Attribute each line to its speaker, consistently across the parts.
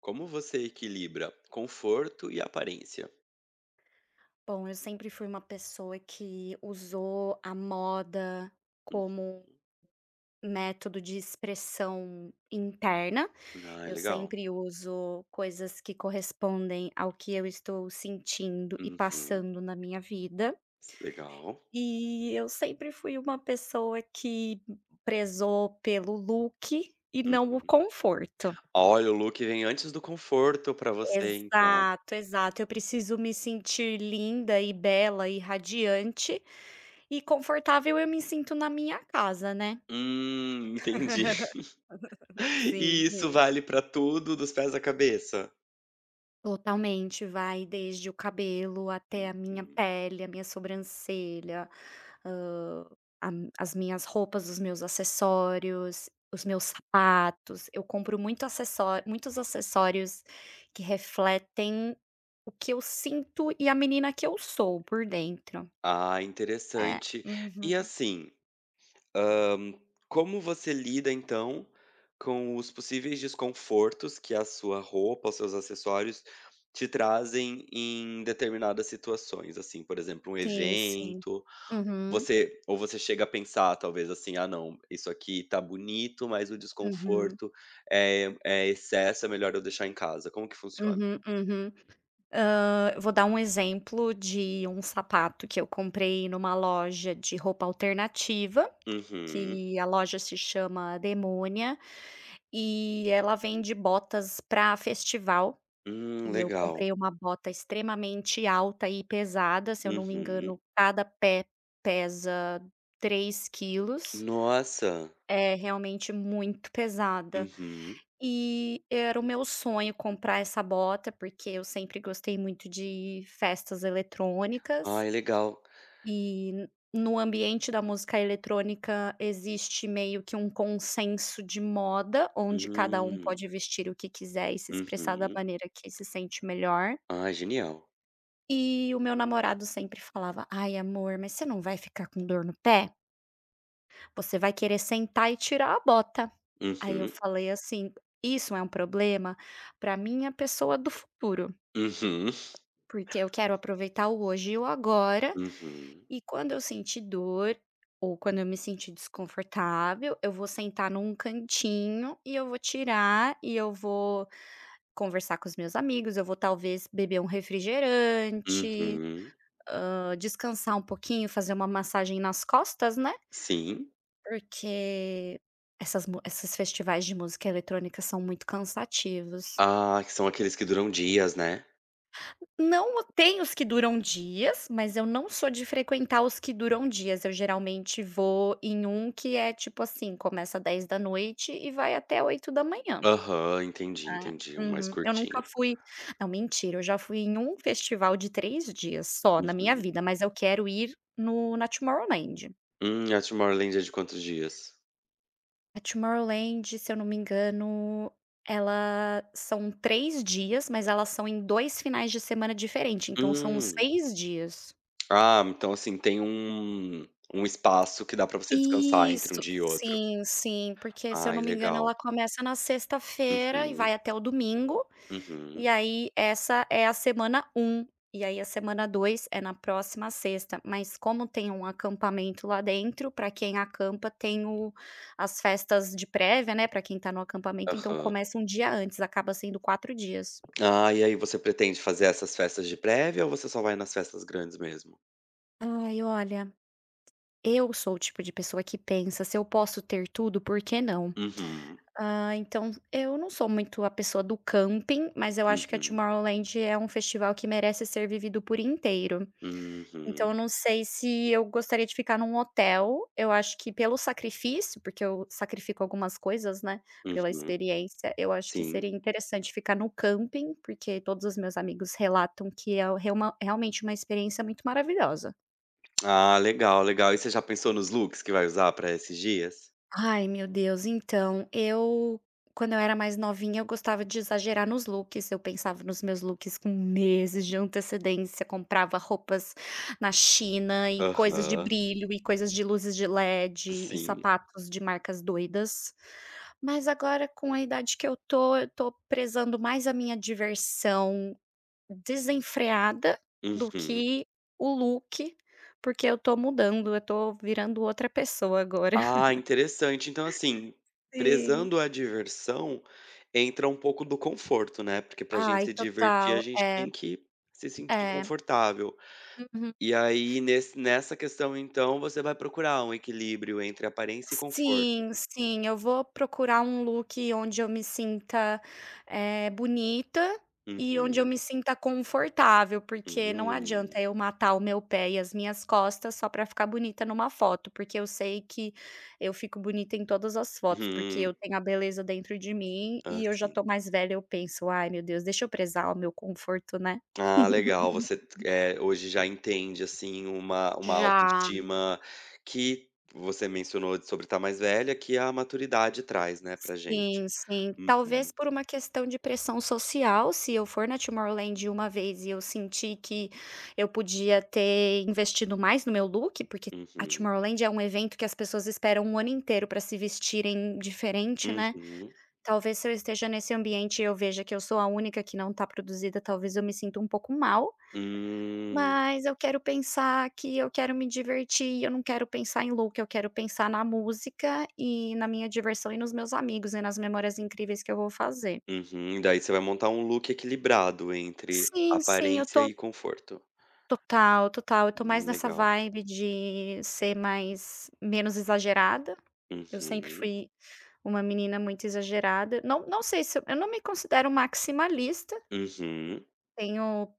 Speaker 1: Como você equilibra conforto e aparência?
Speaker 2: Bom, eu sempre fui uma pessoa que usou a moda
Speaker 1: Uhum.
Speaker 2: como método de expressão interna.
Speaker 1: Ah, é
Speaker 2: Eu
Speaker 1: legal.
Speaker 2: sempre uso coisas que correspondem ao que eu estou sentindo e
Speaker 1: Uhum.
Speaker 2: passando na minha vida.
Speaker 1: Legal.
Speaker 2: E eu sempre fui uma pessoa que prezou pelo look e não o
Speaker 1: Uhum.
Speaker 2: conforto.
Speaker 1: Olha, o look vem antes do conforto pra você, então.
Speaker 2: Exato, exato. Eu preciso me sentir linda e bela e radiante, e confortável eu me sinto na minha casa, né.
Speaker 1: Entendi.
Speaker 2: Sim,
Speaker 1: E isso
Speaker 2: sim.
Speaker 1: vale pra tudo, dos pés à cabeça?
Speaker 2: Totalmente, vai desde o cabelo até a minha
Speaker 1: Uhum.
Speaker 2: pele, a minha sobrancelha, hã, as minhas roupas, os meus acessórios, os meus sapatos. Eu compro muito acessó muitos acessórios que refletem o que eu sinto e a menina que eu sou por dentro.
Speaker 1: Ah,
Speaker 2: É.
Speaker 1: interessante. E
Speaker 2: Uhum.
Speaker 1: assim Como você lida então com os possíveis desconfortos que a sua roupa, os seus acessórios te trazem em determinadas situações, assim, por exemplo, um
Speaker 2: Sim, sim.
Speaker 1: evento,
Speaker 2: Uhum,
Speaker 1: você ou você chega a pensar talvez assim: "Ah, não, isso aqui tá bonito, mas o
Speaker 2: uhum,
Speaker 1: desconforto é excesso, é melhor eu deixar em casa". Como que funciona?
Speaker 2: uhum, uhum. Eu vou dar um exemplo de um sapato que eu comprei numa loja de roupa alternativa,
Speaker 1: Uhum.
Speaker 2: que a loja se chama Demonia, e ela vende botas pra festival, e eu
Speaker 1: Legal.
Speaker 2: comprei uma bota extremamente alta e pesada, se eu não me
Speaker 1: Uhum.
Speaker 2: engano, cada pé pesa 3 quilos.
Speaker 1: Nossa.
Speaker 2: É realmente muito pesada.
Speaker 1: Uhum.
Speaker 2: E era o meu sonho comprar essa bota, porque eu sempre gostei muito de festas eletrônicas
Speaker 1: Ai, legal.
Speaker 2: e no ambiente da música eletrônica existe meio que um consenso de moda, onde cada um
Speaker 1: Hum.
Speaker 2: pode vestir o que quiser e se expressar da
Speaker 1: Uhum.
Speaker 2: maneira que se sente melhor.
Speaker 1: Ah, genial.
Speaker 2: E o meu namorado sempre falava: "Ai, amor, mas você não vai ficar com dor no pé? Você vai querer sentar e tirar a bota". Aí eu
Speaker 1: Uhum,
Speaker 2: falei assim: "Isso é um problema para minha pessoa do futuro,
Speaker 1: uhum,
Speaker 2: porque eu quero aproveitar o hoje e o agora,
Speaker 1: uhum,
Speaker 2: e quando eu sentir dor ou quando eu me sentir desconfortável, eu vou sentar num cantinho e eu vou tirar e eu vou conversar com os meus amigos, eu vou talvez beber um refrigerante,
Speaker 1: uhum.
Speaker 2: descansar um pouquinho, fazer uma massagem nas costas, né,
Speaker 1: Sim.
Speaker 2: porque essas mu esses festivais de música eletrônica são muito cansativos".
Speaker 1: Ah, que são aqueles que duram dias, né?
Speaker 2: Não, tem os que duram dias, mas eu não sou de frequentar os que duram dias, eu geralmente vou em um que é tipo assim, começa 10 da noite e vai até 8h.
Speaker 1: Aham, entendi,
Speaker 2: Ah,
Speaker 1: entendi, um mais
Speaker 2: uhum. Eu
Speaker 1: curtinho.
Speaker 2: nunca fui não, mentira, eu já fui em um festival de 3 dias só na minha
Speaker 1: Uhum.
Speaker 2: vida, mas eu quero ir no na Tomorrowland.
Speaker 1: A Tomorrowland é de quantos dias?
Speaker 2: A Tomorrowland, se eu não me engano, ela são 3 dias, mas elas são em 2 finais de semana diferentes. Então são
Speaker 1: Hum.
Speaker 2: 6 dias.
Speaker 1: Ah, então, assim, tem um espaço que dá pra você descansar entre um
Speaker 2: Isso,
Speaker 1: dia e outro.
Speaker 2: sim, sim, porque se eu não
Speaker 1: Ai,
Speaker 2: me engano
Speaker 1: legal.
Speaker 2: ela começa na sexta-feira e vai
Speaker 1: Uhum,
Speaker 2: até o domingo,
Speaker 1: uhum,
Speaker 2: e aí essa é a semana um. E aí a semana 2 é na próxima sexta, mas como tem um acampamento lá dentro, para quem acampa tem o as festas de prévia, né. Para quem tá no acampamento, então
Speaker 1: aham.
Speaker 2: começa um dia antes, acaba sendo 4 dias.
Speaker 1: Ah, e aí você pretende fazer essas festas de prévia ou você só vai nas festas grandes mesmo?
Speaker 2: Ai, olha, eu sou o tipo de pessoa que pensa: "Se eu posso ter tudo, por que não?"
Speaker 1: Uhum,
Speaker 2: Ah, então eu não sou muito a pessoa do camping, mas eu acho que a
Speaker 1: uhum.
Speaker 2: Tomorrowland é um festival que merece ser vivido por inteiro. Então eu
Speaker 1: Uhum,
Speaker 2: não sei se eu gostaria de ficar num hotel. Eu acho que pelo sacrifício, porque eu sacrifico algumas coisas, né, pela
Speaker 1: uhum,
Speaker 2: experiência, eu acho que
Speaker 1: sim.
Speaker 2: seria interessante ficar no camping, porque todos os meus amigos relatam que é realmente uma experiência muito maravilhosa.
Speaker 1: Ah, legal, legal. E você já pensou nos looks que vai usar para esses dias?
Speaker 2: Ai, meu Deus, então, eu quando eu era mais novinha, eu gostava de exagerar nos looks, eu pensava nos meus looks com meses de antecedência, comprava roupas na China e coisas de
Speaker 1: Aham,
Speaker 2: brilho e coisas de luzes de LED e
Speaker 1: sim.
Speaker 2: sapatos de marcas doidas. Mas agora com a idade que eu tô prezando mais a minha diversão desenfreada do
Speaker 1: Uhum.
Speaker 2: que o look, porque eu tô mudando, eu tô virando outra pessoa agora.
Speaker 1: Ah, interessante. Então, assim,
Speaker 2: Sim.
Speaker 1: prezando a diversão, entra um pouco do conforto, né, porque pra gente
Speaker 2: Ai,
Speaker 1: se divertir, a
Speaker 2: total.
Speaker 1: gente
Speaker 2: É,
Speaker 1: tem que se sentir
Speaker 2: é.
Speaker 1: confortável.
Speaker 2: Uhum.
Speaker 1: E aí, nesse nessa questão, então, você vai procurar um equilíbrio entre aparência e conforto.
Speaker 2: Sim, sim, eu vou procurar um look onde eu me sinta, bonita e onde eu
Speaker 1: Uhum,
Speaker 2: me sinta confortável, porque não adianta
Speaker 1: hum.
Speaker 2: eu matar o meu pé e as minhas costas só pra ficar bonita numa foto, porque eu sei que eu fico bonita em todas as fotos, porque
Speaker 1: Uhum.
Speaker 2: eu tenho a beleza dentro de mim
Speaker 1: Ah,
Speaker 2: e eu já tô mais velha, eu penso: "Ai, meu Deus, deixa eu prezar o meu conforto, né".
Speaker 1: ah, legal. Você hoje já entende, assim, uma
Speaker 2: Já.
Speaker 1: autoestima que você mencionou sobre estar mais velha, que a maturidade traz, né, pra gente.
Speaker 2: Sim, sim.
Speaker 1: Uhum,
Speaker 2: Talvez por uma questão de pressão social, se eu for na Tomorrowland uma vez e eu senti que eu podia ter investido mais no meu look, porque a
Speaker 1: uhum,
Speaker 2: Tomorrowland é um evento que as pessoas esperam um ano inteiro para se vestirem diferente, né.
Speaker 1: uhum.
Speaker 2: Talvez se eu esteja nesse ambiente e eu veja que eu sou a única que não está produzida, talvez eu me sinta um pouco mal.
Speaker 1: Hum,
Speaker 2: Mas eu quero pensar que eu quero me divertir, eu não quero pensar em look, eu quero pensar na música e na minha diversão e nos meus amigos e nas memórias incríveis que eu vou fazer.
Speaker 1: uhum. Daí você vai montar um look equilibrado entre
Speaker 2: Sim, sim, eu
Speaker 1: aparência
Speaker 2: tô
Speaker 1: e conforto.
Speaker 2: total, total, eu tô mais nessa
Speaker 1: Legal.
Speaker 2: vibe de ser mais menos exagerada. Eu sempre
Speaker 1: Uhum,
Speaker 2: fui uma menina muito exagerada. Não sei se eu não me considero maximalista,
Speaker 1: uhum.
Speaker 2: tenho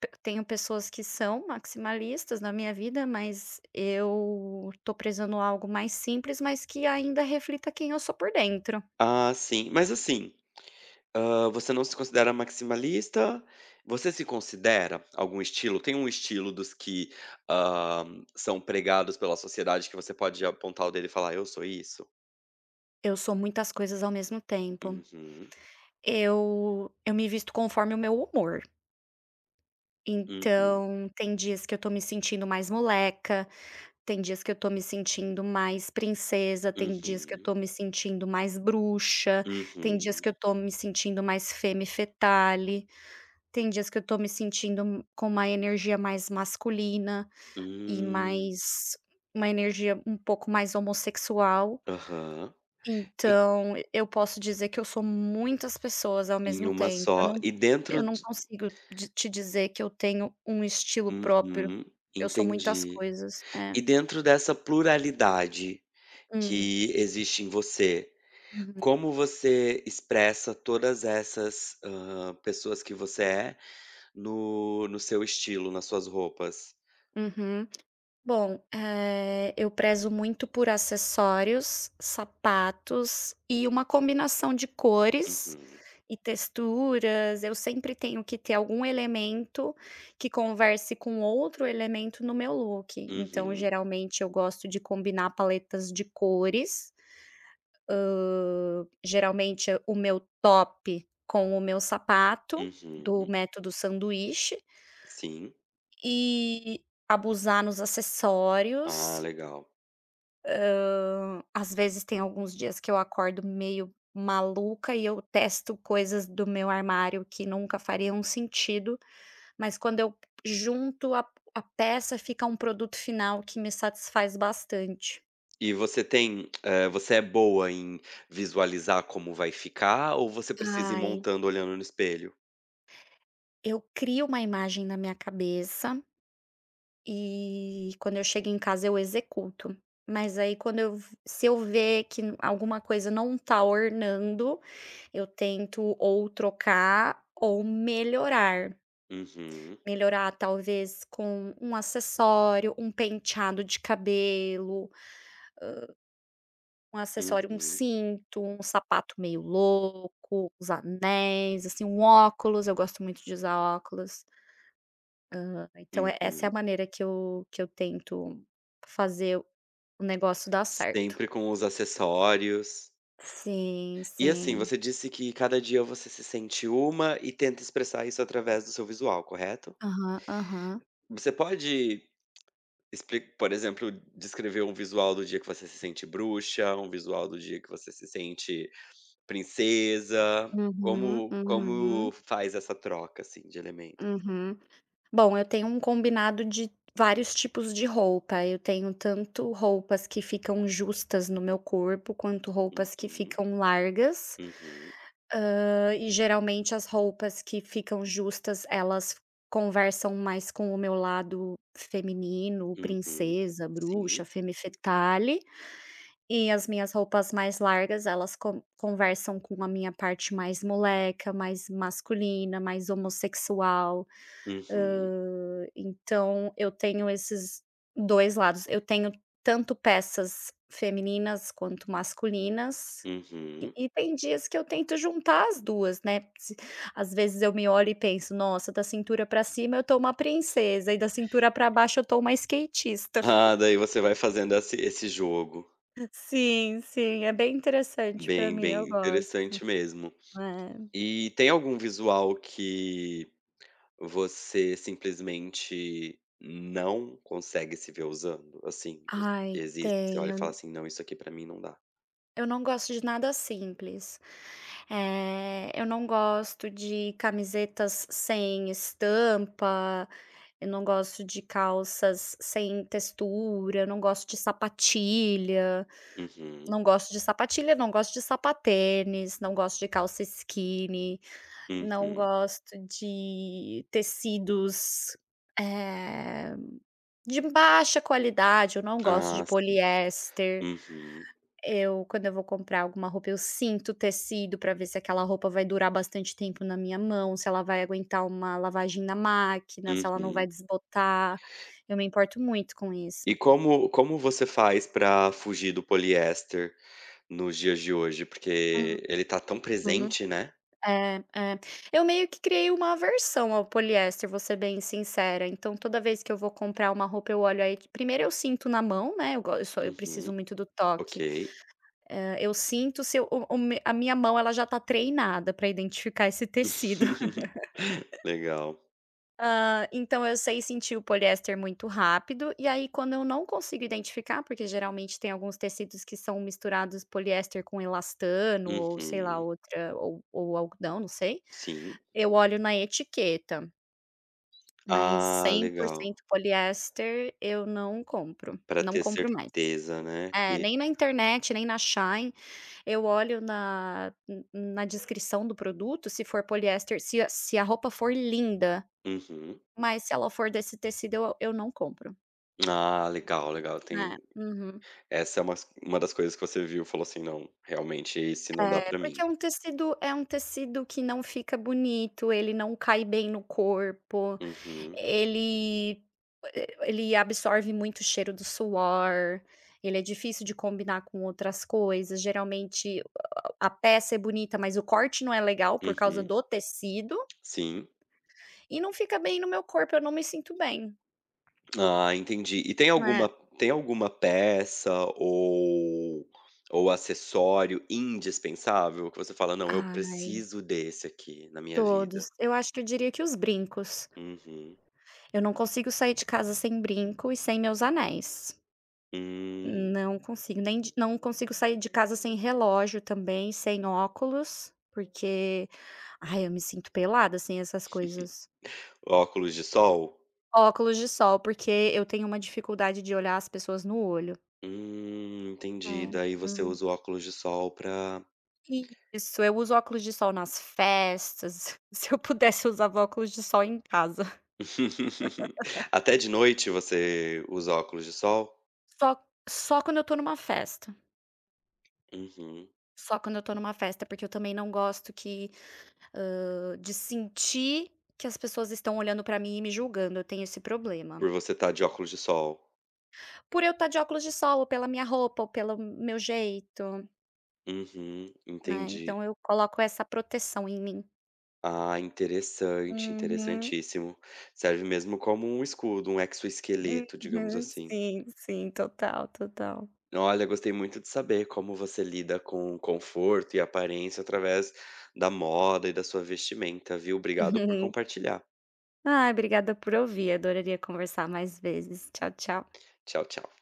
Speaker 2: Pe tenho pessoas que são maximalistas na minha vida, mas eu tô prezando algo mais simples, mas que ainda reflita quem eu sou por dentro.
Speaker 1: Ah, sim. Mas assim você não se considera maximalista? Você se considera algum estilo? Tem um estilo dos que, são pregados pela sociedade que você pode apontar o dedo e falar: "Eu sou isso"?
Speaker 2: Eu sou muitas coisas ao mesmo tempo.
Speaker 1: Uhum,
Speaker 2: Eu me visto conforme o meu humor.
Speaker 1: uhum,
Speaker 2: Então, tem dias que eu tô me sentindo mais moleca, tem dias que eu tô me sentindo mais princesa, tem dias que eu
Speaker 1: uhum,
Speaker 2: tô me sentindo mais bruxa, tem dias
Speaker 1: uhum.
Speaker 2: que eu tô me sentindo mais femme fatale. Tem dias que eu tô me sentindo com uma energia mais masculina e
Speaker 1: Hum,
Speaker 2: mais uma energia um pouco mais homossexual,
Speaker 1: aham. E
Speaker 2: então eu posso dizer que eu sou muitas pessoas ao
Speaker 1: Em
Speaker 2: mesmo
Speaker 1: uma
Speaker 2: tempo, eu
Speaker 1: só.
Speaker 2: não
Speaker 1: E
Speaker 2: eu
Speaker 1: dentro
Speaker 2: não
Speaker 1: de
Speaker 2: consigo di te dizer que eu tenho um estilo próprio,
Speaker 1: Uhum,
Speaker 2: eu sou muitas
Speaker 1: entendi.
Speaker 2: coisas. É.
Speaker 1: E dentro dessa pluralidade
Speaker 2: Hum.
Speaker 1: que existe em você,
Speaker 2: Uhum.
Speaker 1: como você expressa todas essas, pessoas que você é no seu estilo, nas suas roupas?
Speaker 2: Uhum. Bom, eu prezo muito por acessórios, sapatos e uma combinação de cores
Speaker 1: Uhum,
Speaker 2: e texturas. Eu sempre tenho que ter algum elemento que converse com outro elemento no meu look. Então,
Speaker 1: uhum,
Speaker 2: geralmente, eu gosto de combinar paletas de cores. Geralmente, o meu top com o meu sapato, do
Speaker 1: uhum.
Speaker 2: método sanduíche,
Speaker 1: Sim.
Speaker 2: e abusar nos
Speaker 1: Ah,
Speaker 2: acessórios.
Speaker 1: legal.
Speaker 2: Às vezes tem alguns dias que eu acordo meio maluca e eu testo coisas do meu armário que nunca fariam sentido, mas quando eu junto a peça fica um produto final que me satisfaz bastante.
Speaker 1: E você tem, você é boa em visualizar como vai ficar ou você precisa ir
Speaker 2: Ai,
Speaker 1: montando olhando no espelho?
Speaker 2: eu crio uma imagem na minha cabeça e quando eu chego em casa eu executo. Mas aí quando eu v se eu ver que n alguma coisa não tá ornando, eu tento ou trocar ou melhorar.
Speaker 1: Uhum,
Speaker 2: Melhorar talvez com um acessório, um penteado de cabelo, um acessório, um
Speaker 1: uhum,
Speaker 2: cinto, um sapato meio louco, os anéis, assim, um óculos, eu gosto muito de usar óculos. Então essa é a
Speaker 1: uhum.
Speaker 2: maneira que eu tento fazer o negócio dar certo.
Speaker 1: Sempre com os acessórios.
Speaker 2: Sim,
Speaker 1: E assim,
Speaker 2: sim.
Speaker 1: você disse que cada dia você se sente uma e tenta expressar isso através do seu visual, correto?
Speaker 2: Aham, aham.
Speaker 1: Você pode, por exemplo, descrever um visual do dia que você se sente bruxa, um visual do dia que você se sente princesa?
Speaker 2: Uhum,
Speaker 1: Como,
Speaker 2: uhum,
Speaker 1: como faz essa troca, assim, de elementos?
Speaker 2: uhum. Bom, eu tenho um combinado de vários tipos de roupa. Eu tenho tanto roupas que ficam justas no meu corpo, quanto roupas que
Speaker 1: Uhum,
Speaker 2: ficam largas.
Speaker 1: uhum,
Speaker 2: E geralmente as roupas que ficam justas, elas conversam mais com o meu lado feminino,
Speaker 1: uhum,
Speaker 2: princesa,
Speaker 1: sim,
Speaker 2: bruxa, femme fatale. E as minhas roupas mais largas, elas conversam com a minha parte mais moleca, mais masculina, mais homossexual.
Speaker 1: uhum,
Speaker 2: Então eu tenho esses 2 lados. Eu tenho tanto peças femininas quanto masculinas, e
Speaker 1: uhum.
Speaker 2: tem dias que eu tento juntar as 2 né, se às vezes eu me olho e penso: "Nossa, da cintura pra cima eu tô uma princesa e da cintura pra baixo eu tô uma skatista".
Speaker 1: Ah, daí você vai fazendo esse jogo.
Speaker 2: Sim, sim, é bem interessante pra
Speaker 1: Bem,
Speaker 2: mim, eu
Speaker 1: bem
Speaker 2: gosto.
Speaker 1: interessante mesmo.
Speaker 2: É.
Speaker 1: E tem algum visual que você simplesmente não consegue se ver usando? Assim, os que
Speaker 2: Ai,
Speaker 1: existem, que você olha e
Speaker 2: tenho.
Speaker 1: fala assim: "Não, isso aqui pra mim não dá".
Speaker 2: Eu não gosto de nada simples. Eu não gosto de camisetas sem estampa, eu não gosto de calças sem textura, eu não gosto de sapatilha,
Speaker 1: Uhum,
Speaker 2: não gosto de sapatilha, não gosto de sapatênis, não gosto de calça skinny, não
Speaker 1: uhum.
Speaker 2: gosto de tecidos, eh, de baixa qualidade, eu não gosto
Speaker 1: Ah,
Speaker 2: de
Speaker 1: sim.
Speaker 2: poliéster.
Speaker 1: Uhum,
Speaker 2: Eu, quando eu vou comprar alguma roupa, eu sinto o tecido para ver se aquela roupa vai durar bastante tempo na minha mão, se ela vai aguentar uma lavagem na máquina, se ela não vai
Speaker 1: uhum.
Speaker 2: desbotar. Eu me importo muito com isso.
Speaker 1: E como você faz pra fugir do poliéster nos dias de hoje? Porque ele tá tão
Speaker 2: Uhum.
Speaker 1: presente, né.
Speaker 2: É, é. Eu meio que criei uma aversão ao poliéster, vou ser bem sincera. Então, toda vez que eu vou comprar uma roupa, eu olho aí. Primeiro eu sinto na mão, né? Eu, go- eu, sou- eu
Speaker 1: Uhum,
Speaker 2: preciso muito do
Speaker 1: ok.
Speaker 2: toque. Eu sinto se eu- o me- a minha mão ela já tá treinada para identificar esse tecido.
Speaker 1: Legal.
Speaker 2: Então eu sei sentir o poliéster muito rápido, e aí quando eu não consigo identificar, porque geralmente tem alguns tecidos que são misturados poliéster com elastano ou sei lá
Speaker 1: Uhum,
Speaker 2: outra ou algodão, não sei,
Speaker 1: sim.
Speaker 2: eu olho na etiqueta, mas
Speaker 1: Ah,
Speaker 2: cem por
Speaker 1: legal.
Speaker 2: cento poliéster eu não compro,
Speaker 1: Pra
Speaker 2: não
Speaker 1: ter
Speaker 2: compro mais.
Speaker 1: certeza, né,
Speaker 2: É,
Speaker 1: que
Speaker 2: nem na internet, nem na Shein, eu olho na descrição do produto, se for poliéster se a roupa for linda,
Speaker 1: uhum.
Speaker 2: mas se ela for desse tecido eu não compro,
Speaker 1: Ah, legal, legal,
Speaker 2: né.
Speaker 1: tem
Speaker 2: Uhum.
Speaker 1: essa é uma das coisas que você viu e falou assim: "Não, realmente esse não dá
Speaker 2: É,
Speaker 1: pra
Speaker 2: porque
Speaker 1: mim".
Speaker 2: é um tecido que não fica bonito, ele não cai bem no corpo,
Speaker 1: Uhum,
Speaker 2: ele absorve muito o cheiro do suor, ele é difícil de combinar com outras coisas, geralmente a peça é bonita, mas o corte não é legal por causa
Speaker 1: uhum,
Speaker 2: do tecido,
Speaker 1: sim.
Speaker 2: e não fica bem no meu corpo, eu não me sinto bem.
Speaker 1: Ah, entendi. E
Speaker 2: Né?
Speaker 1: tem alguma peça ou ou acessório indispensável que você fala: "Não, eu
Speaker 2: Ai,
Speaker 1: preciso desse aqui na minha
Speaker 2: todos.
Speaker 1: vida"?
Speaker 2: Eu acho que eu diria que os brincos.
Speaker 1: Uhum.
Speaker 2: Eu não consigo sair de casa sem brinco e sem meus anéis.
Speaker 1: Hum.
Speaker 2: Não consigo, nem de não consigo sair de casa sem relógio também, sem óculos, porque, ai, eu me sinto pelada sem essas coisas.
Speaker 1: Óculos de sol?
Speaker 2: Óculos de sol, porque eu tenho uma dificuldade de olhar as pessoas no olho.
Speaker 1: Entendi.
Speaker 2: É,
Speaker 1: Daí você
Speaker 2: hum.
Speaker 1: usa o óculos de sol pra
Speaker 2: Isso, eu uso óculos de sol nas festas. Se eu pudesse, eu usava óculos de sol em casa.
Speaker 1: Até de noite você usa óculos de sol?
Speaker 2: Só só quando eu tô numa festa,
Speaker 1: Uhum.
Speaker 2: só quando eu tô numa festa, porque eu também não gosto de sentir que as pessoas estão olhando pra mim e me julgando, eu tenho esse problema.
Speaker 1: Por você estar de óculos de sol.
Speaker 2: Por eu estar de óculos de sol, ou pela minha roupa, ou pelo meu jeito,
Speaker 1: Uhum,
Speaker 2: né,
Speaker 1: entendi.
Speaker 2: então eu coloco essa proteção em mim.
Speaker 1: Ah, interessante,
Speaker 2: Uhum,
Speaker 1: interessantíssimo. Serve mesmo como um escudo, um exoesqueleto, digamos
Speaker 2: uhum,
Speaker 1: assim.
Speaker 2: sim, sim, total, total.
Speaker 1: Olha, gostei muito de saber como você lida com conforto e aparência através da moda e da sua vestimenta, viu? Obrigado por compartilhar.
Speaker 2: Ai, obrigada por ouvir, adoraria conversar mais vezes. Tchau, tchau.
Speaker 1: Tchau, tchau.